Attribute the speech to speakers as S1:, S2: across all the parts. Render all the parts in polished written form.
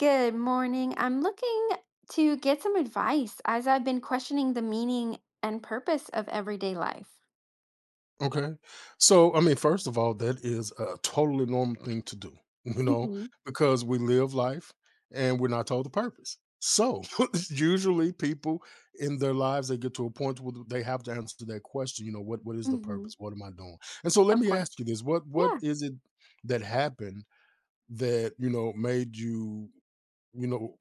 S1: Good morning. I'm looking to get some advice as I've been questioning the meaning and purpose of everyday life.
S2: Okay. So, I mean, first of all, that is a totally normal thing to do, you know,
S1: Hmm.
S2: because we live life and we're not told the purpose. So, usually people in their lives, they get to a point where they have to answer that question, what is the
S1: Hmm.
S2: purpose? What am I doing? And so let
S1: Of
S2: me
S1: course.
S2: ask you this, what
S1: Yeah.
S2: is it that happened that, made you, you know,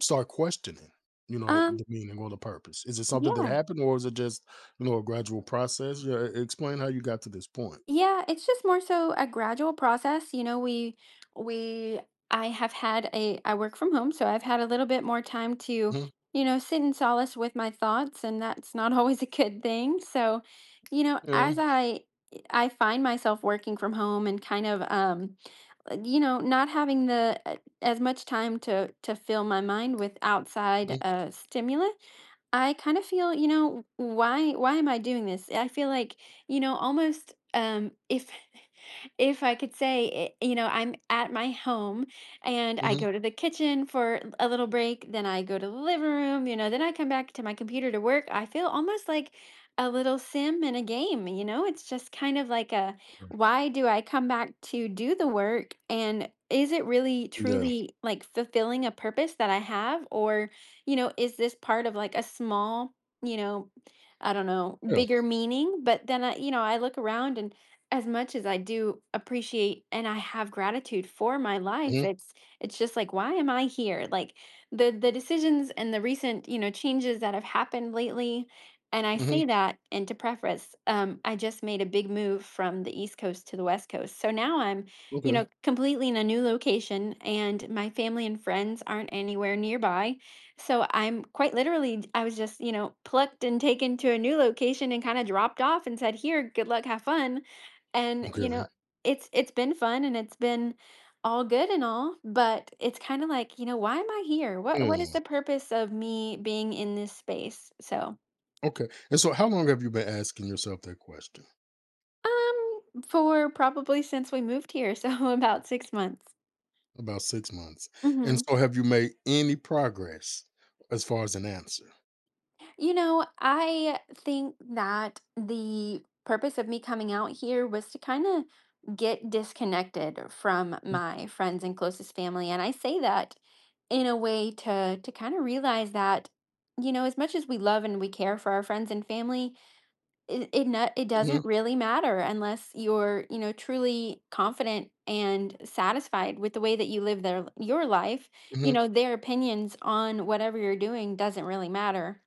S2: Start questioning,
S1: Um,
S2: the meaning or the purpose. Is it something that
S1: yeah.
S2: happened or is it just, a gradual process? Yeah, e explain how you got to this point.
S1: Yeah, it's just more so a gradual process. You know, we I have had a I work from home, so I've had a little bit more time to,
S2: Mhm,
S1: you know, sit in solace with my thoughts, and that's not always a good thing. So, you know,
S2: yeah,
S1: as I find myself working from home and kind of you know, not having the as much time to fill my mind with outside
S2: mhm,
S1: stimuli. I kind of feel, you know, why am I doing this? I feel like, you know, almost if if I could say it, you know, I'm at my home, and I
S2: mhm.
S1: go to the kitchen for a little break, then I go to the living room, then I come back to my computer to work. I feel almost like a little sim in a game, you know? It's just kind of like a why do I come back to do the work? And is it really
S2: Yeah,
S1: truly like fulfilling a purpose that I have, or, is this part of like a small, you know, I don't know,
S2: yeah,
S1: bigger meaning? But then I look around, and as much as I do appreciate and I have gratitude for my life,
S2: mhm,
S1: it's just like, why am I here? Like the decisions and the recent, changes that have happened lately. And I
S2: mhm,
S1: say that, and to preface, I just made a big move from the East Coast to the West Coast. So now I'm,
S2: okay,
S1: completely in a new location, and my family and friends aren't anywhere nearby. So I'm quite literally, I was just, plucked and taken to a new location and kinda dropped off and said, "Here, good luck, have fun." And,
S2: okay,
S1: it's been fun and it's been all good and all, but it's kinda like, why am I here? What is
S2: yeah,
S1: the purpose of me being in this space? So,
S2: okay, and so how long have you been asking yourself that question?
S1: um, for probably since we moved here, so about 6 months.
S2: About 6 months, and
S1: Mhm.
S2: so have you made any progress as far as an answer?
S1: You know, I think that the purpose of me coming out here was to kind of get disconnected from
S2: Mhm,
S1: my friends and closest family. And I say that in a way to kind of realize that, as much as we love and we care for our friends and family, it
S2: mhm,
S1: doesn't really matter unless you're, truly confident and satisfied with the way that you live their your life. You
S2: mhm.
S1: know, their opinions on whatever you're doing doesn't really matter.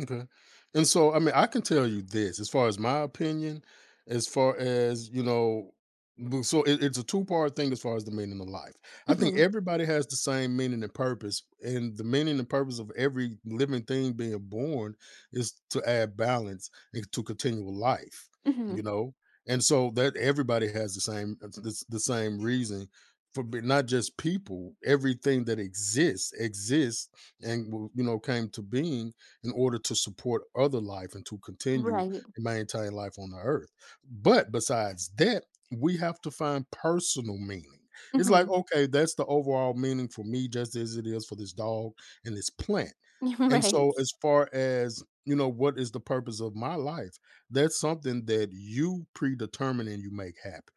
S2: Okay. And so, I mean, I can tell you this as far as my opinion, as far as, so it's a two-part thing as far as the meaning of life. I think everybody has the same meaning and purpose. And the meaning and purpose of every living thing being born is to add balance and to continual life,
S1: Mhm.
S2: you know? And so that everybody has the same the same reason for not just people, everything that exists exists and came to being in order to support other life and to continue
S1: Right.
S2: and maintain life on the earth. But besides that, we have to find personal meaning. It's like,
S1: Mhm.
S2: okay, that's the overall meaning for me, just as it is for this dog and this plant. And
S1: Right.
S2: so, as far as you know, what is the purpose of my life? That's something that you predetermine and you make happen.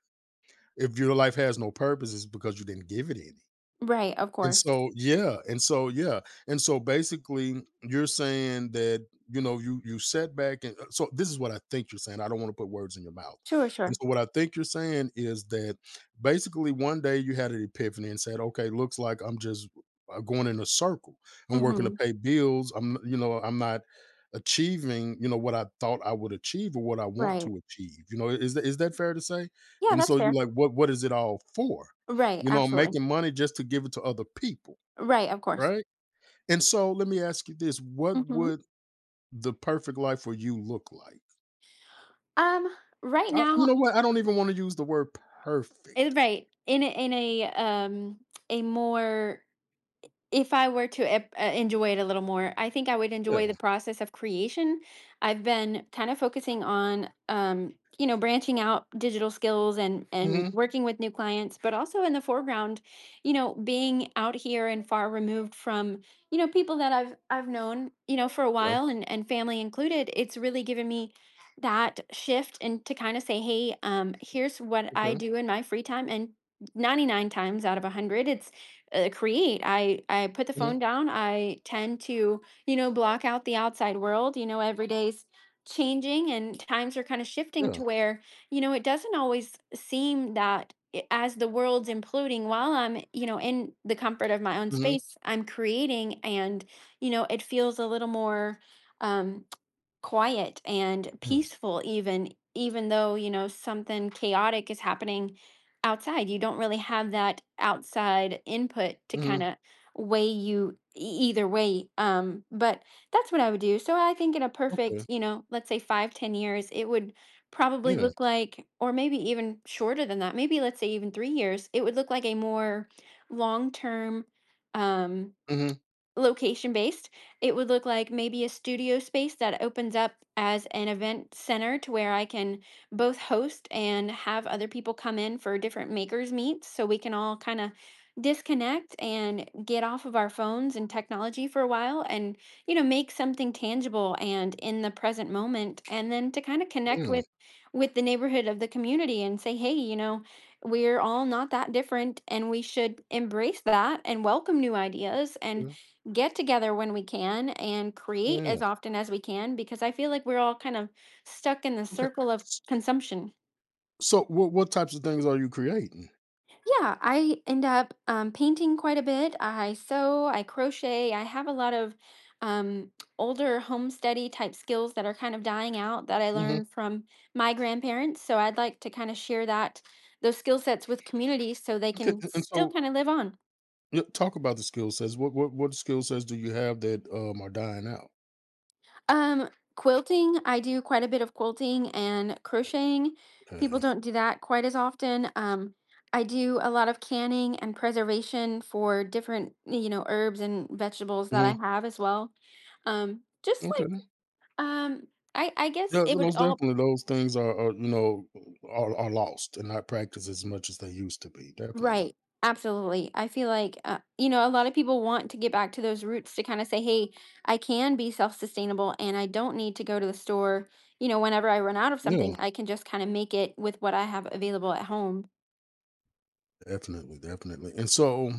S2: If your life has no purpose, it's because you didn't give it any.
S1: Right, of
S2: And
S1: course.
S2: so yeah, and so yeah, and so basically, you're saying that you set back and so this is what I think you're saying. I don't want to put words in your mouth.
S1: Sure,
S2: And
S1: sure.
S2: so what I think you're saying is that basically one day you had an epiphany and said, okay, looks like I'm just going in a circle. I'm working to
S1: Mhm.
S2: pay bills. I'm not achieving what I thought I would achieve or what I want
S1: Right.
S2: to achieve. You know, is that fair to say?
S1: Yeah,
S2: And
S1: that's
S2: so
S1: fair.
S2: you're like, what is it all for?
S1: Right,
S2: You know,
S1: absolutely.
S2: making money just to give it to other people,
S1: Right, of course.
S2: right? And so let me ask you this, what
S1: Mhm.
S2: would the perfect life for you look like?
S1: Um, right
S2: I you
S1: now,
S2: know what, I don't even wanna use the word perfect.
S1: right, in a more, if I were to enjoy it a little more, I think I would
S2: Yeah,
S1: enjoy the process of creation. I've been kind of focusing on, branching out digital skills and
S2: mhm,
S1: working with new clients, but also in the foreground, being out here and far removed from, people that I've known, for a
S2: yeah,
S1: while and family included. It's really given me that shift and to kind of say, hey, here's what I
S2: okay,
S1: do in my free time, and 99 times out of 100 create, I put the
S2: mhm,
S1: phone down, I tend to, block out the outside world. Every day's changing and times are kind of shifting
S2: yeah,
S1: to where, it doesn't always seem that, as the world's imploding, while I'm, in the comfort of my own
S2: mhm,
S1: space, I'm creating. And, it feels a little more, um quiet and
S2: yeah,
S1: peaceful, even though, something chaotic is happening outside, you don't really have that outside input to kind
S2: mhm,
S1: of weigh you either way. But that's what I would do. So I think in a perfect,
S2: okay,
S1: let's say 5 to 10 years, it would probably
S2: yeah,
S1: look like, or maybe even shorter than that, maybe let's say even 3 years, it would look like a more long term, um
S2: mhm,
S1: location based. It would look like maybe a studio space that opens up as an event center to where I can both host and have other people come in for different makers meets, so we can all kind of disconnect and get off of our phones and technology for a while, and make something tangible and in the present moment, and then to kind of connect
S2: yeah,
S1: with the neighborhood of the community and say, hey, we're all not that different, and we should embrace that and welcome new ideas and
S2: yeah,
S1: get together when we can and create as
S2: yeah,
S1: often as we can, because I feel like we're all kind of stuck in the
S2: okay.
S1: circle of
S2: S
S1: consumption.
S2: so what types of things are you creating?
S1: Yeah, I end up painting quite a bit. I sew, I crochet. I have a lot of um, older homesteady type skills that are kind of dying out that I
S2: Mhm,
S1: learned from my grandparents. So I'd like to kind of share that those skill sets with communities, so they
S2: okay,
S1: can
S2: and
S1: still
S2: so
S1: kind of live on.
S2: yeah, talk about the skill sets. What skill sets do you have that, are dying out?
S1: Um, quilting, I do quite a bit of quilting and crocheting. People
S2: Okay,
S1: don't do that quite as often. I do a lot of canning and preservation for different, herbs and vegetables that I
S2: mhm,
S1: have as well. Um, just like,
S2: okay.
S1: um, I guess
S2: Yeah,
S1: it would
S2: most
S1: all.
S2: definitely, those things are you know, are lost and not practiced as much as they used to be. Definitely,
S1: Right, absolutely. I feel like, a lot of people want to get back to those roots to kind of say, hey, I can be self-sustainable and I don't need to go to the store. You know, whenever I run out of something,
S2: yeah,
S1: I can just kind of make it with what I have available at home.
S2: definitely, definitely. And so,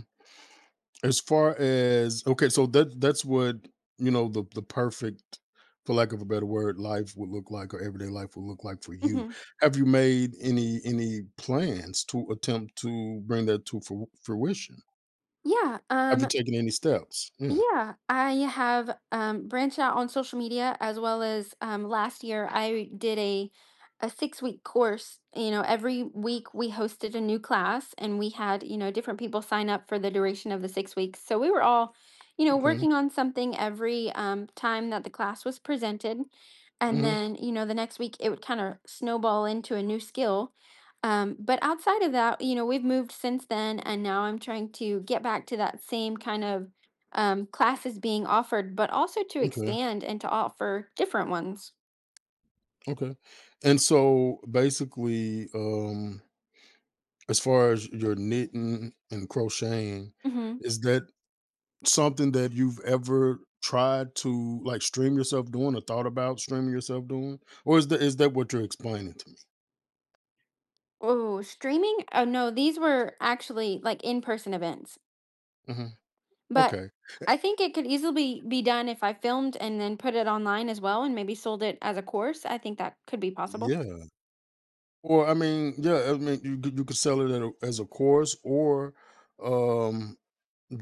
S2: as far as okay, so that's what the perfect, for lack of a better word, life would look like, or everyday life would look like for you.
S1: Hmm.
S2: Have you made any plans to attempt to bring that to fruition?
S1: Yeah.
S2: Have you
S1: Um,
S2: taken any steps? Yeah.
S1: Yeah, I have, branched out on social media as well as, last year I did a 6-week course. You know, every week we hosted a new class and we had, different people sign up for the duration of the 6 weeks. So we were all,
S2: Okay.
S1: working on something every, time that the class was presented, and
S2: Hmm.
S1: then, the next week it would kind of snowball into a new skill. But outside of that, we've moved since then, and now I'm trying to get back to that same kind of, classes being offered, but also to
S2: Okay.
S1: expand and to offer different ones.
S2: Okay. And so, basically, as far as your knitting and crocheting,
S1: Hmm.
S2: is that something that you've ever tried to, like, stream yourself doing or thought about streaming yourself doing? Or is that what you're explaining to me?
S1: Oh, streaming? Oh, no, these were actually like in person events.
S2: Mhm.
S1: But
S2: Okay.
S1: I think it could easily be done if I filmed and then put it online as well and maybe sold it as a course. I think that could be possible.
S2: Yeah. Or I mean, you could sell it at a as a course or, um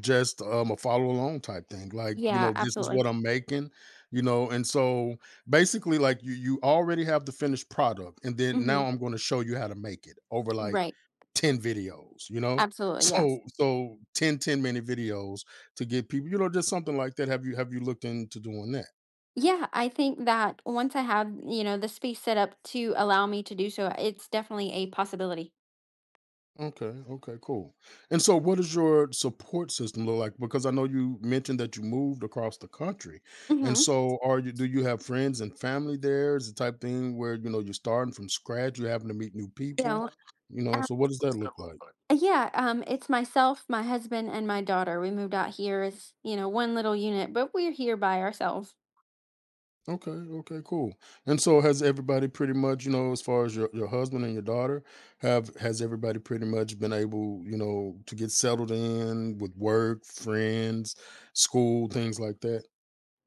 S2: Just a follow along type thing, like,
S1: Yeah,
S2: this is
S1: absolutely.
S2: what I'm making, and so basically, like, you already have the finished product, and then
S1: Hmm.
S2: now I'm gonna show you how to make it over, like,
S1: Right.
S2: 10 videos, you know?
S1: Absolutely. Yes.
S2: So ten minute videos to get people just something like that. Have you looked into doing that?
S1: Yeah, I think that once I have, the space set up to allow me to do so, it's definitely a possibility.
S2: Okay, okay, cool. And so what does your support system look like? Because I know you mentioned that you moved across the country. And
S1: Mm-hmm.
S2: so are you do you have friends and family there? Is the type thing where you know you're starting from scratch, you're having to meet new
S1: You
S2: people,
S1: know,
S2: you know. So what does that look like?
S1: Yeah it's myself, my husband, and my daughter. We moved out here as, one little unit, but we're here by ourselves.
S2: Okay, okay, cool. And so has everybody pretty much, as far as your husband and your daughter, have has everybody pretty much been able, to get settled in with work, friends, school, things like that?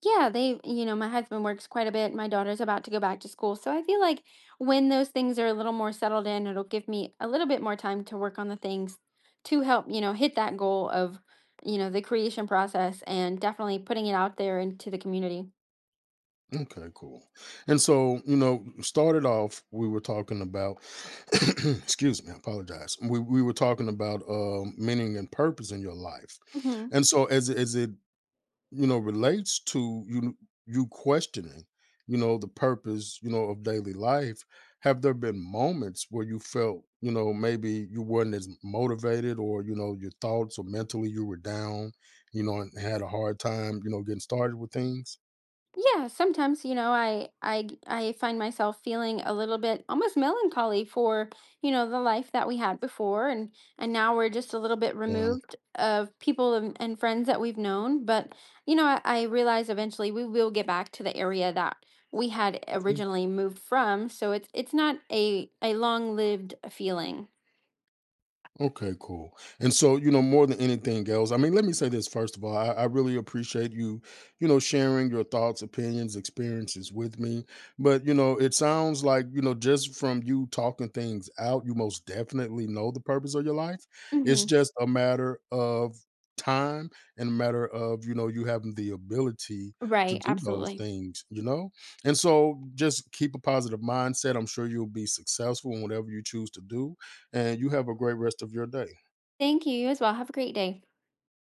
S1: Yeah, my husband works quite a bit. My daughter's about to go back to school. So I feel like when those things are a little more settled in, it'll give me a little bit more time to work on the things to help, hit that goal of, the creation process, and definitely putting it out there into the community.
S2: Okay, cool. And so, started off, we were talking about, excuse me, I apologize. We were talking about meaning and purpose in your life. And so, as it, relates to you, you questioning, the purpose, of daily life, have there been moments where you felt, maybe you weren't as motivated or, your thoughts or mentally you were down, and had a hard time, getting started with things?
S1: Yeah, sometimes, I find myself feeling a little bit almost melancholy for, the life that we had before, and now we're just a little bit
S2: Yeah.
S1: removed of people, and friends that we've known, but, I realize eventually we will get back to the area that we had originally moved from, so it's not a long-lived feeling.
S2: Okay, cool. And so, more than anything else, I mean, let me say this first of all. I really appreciate you, sharing your thoughts, opinions, experiences with me. But, it sounds like, just from you talking things out, you most definitely know the purpose of your life. It's
S1: Mhm.
S2: just a matter of time and a matter of, you having the ability to
S1: Right,
S2: do those
S1: absolutely.
S2: things, you know? And so just keep a positive mindset. I'm sure you'll be successful in whatever you choose to do and you have a great rest of your day.
S1: Thank you, you as well. Have a great day.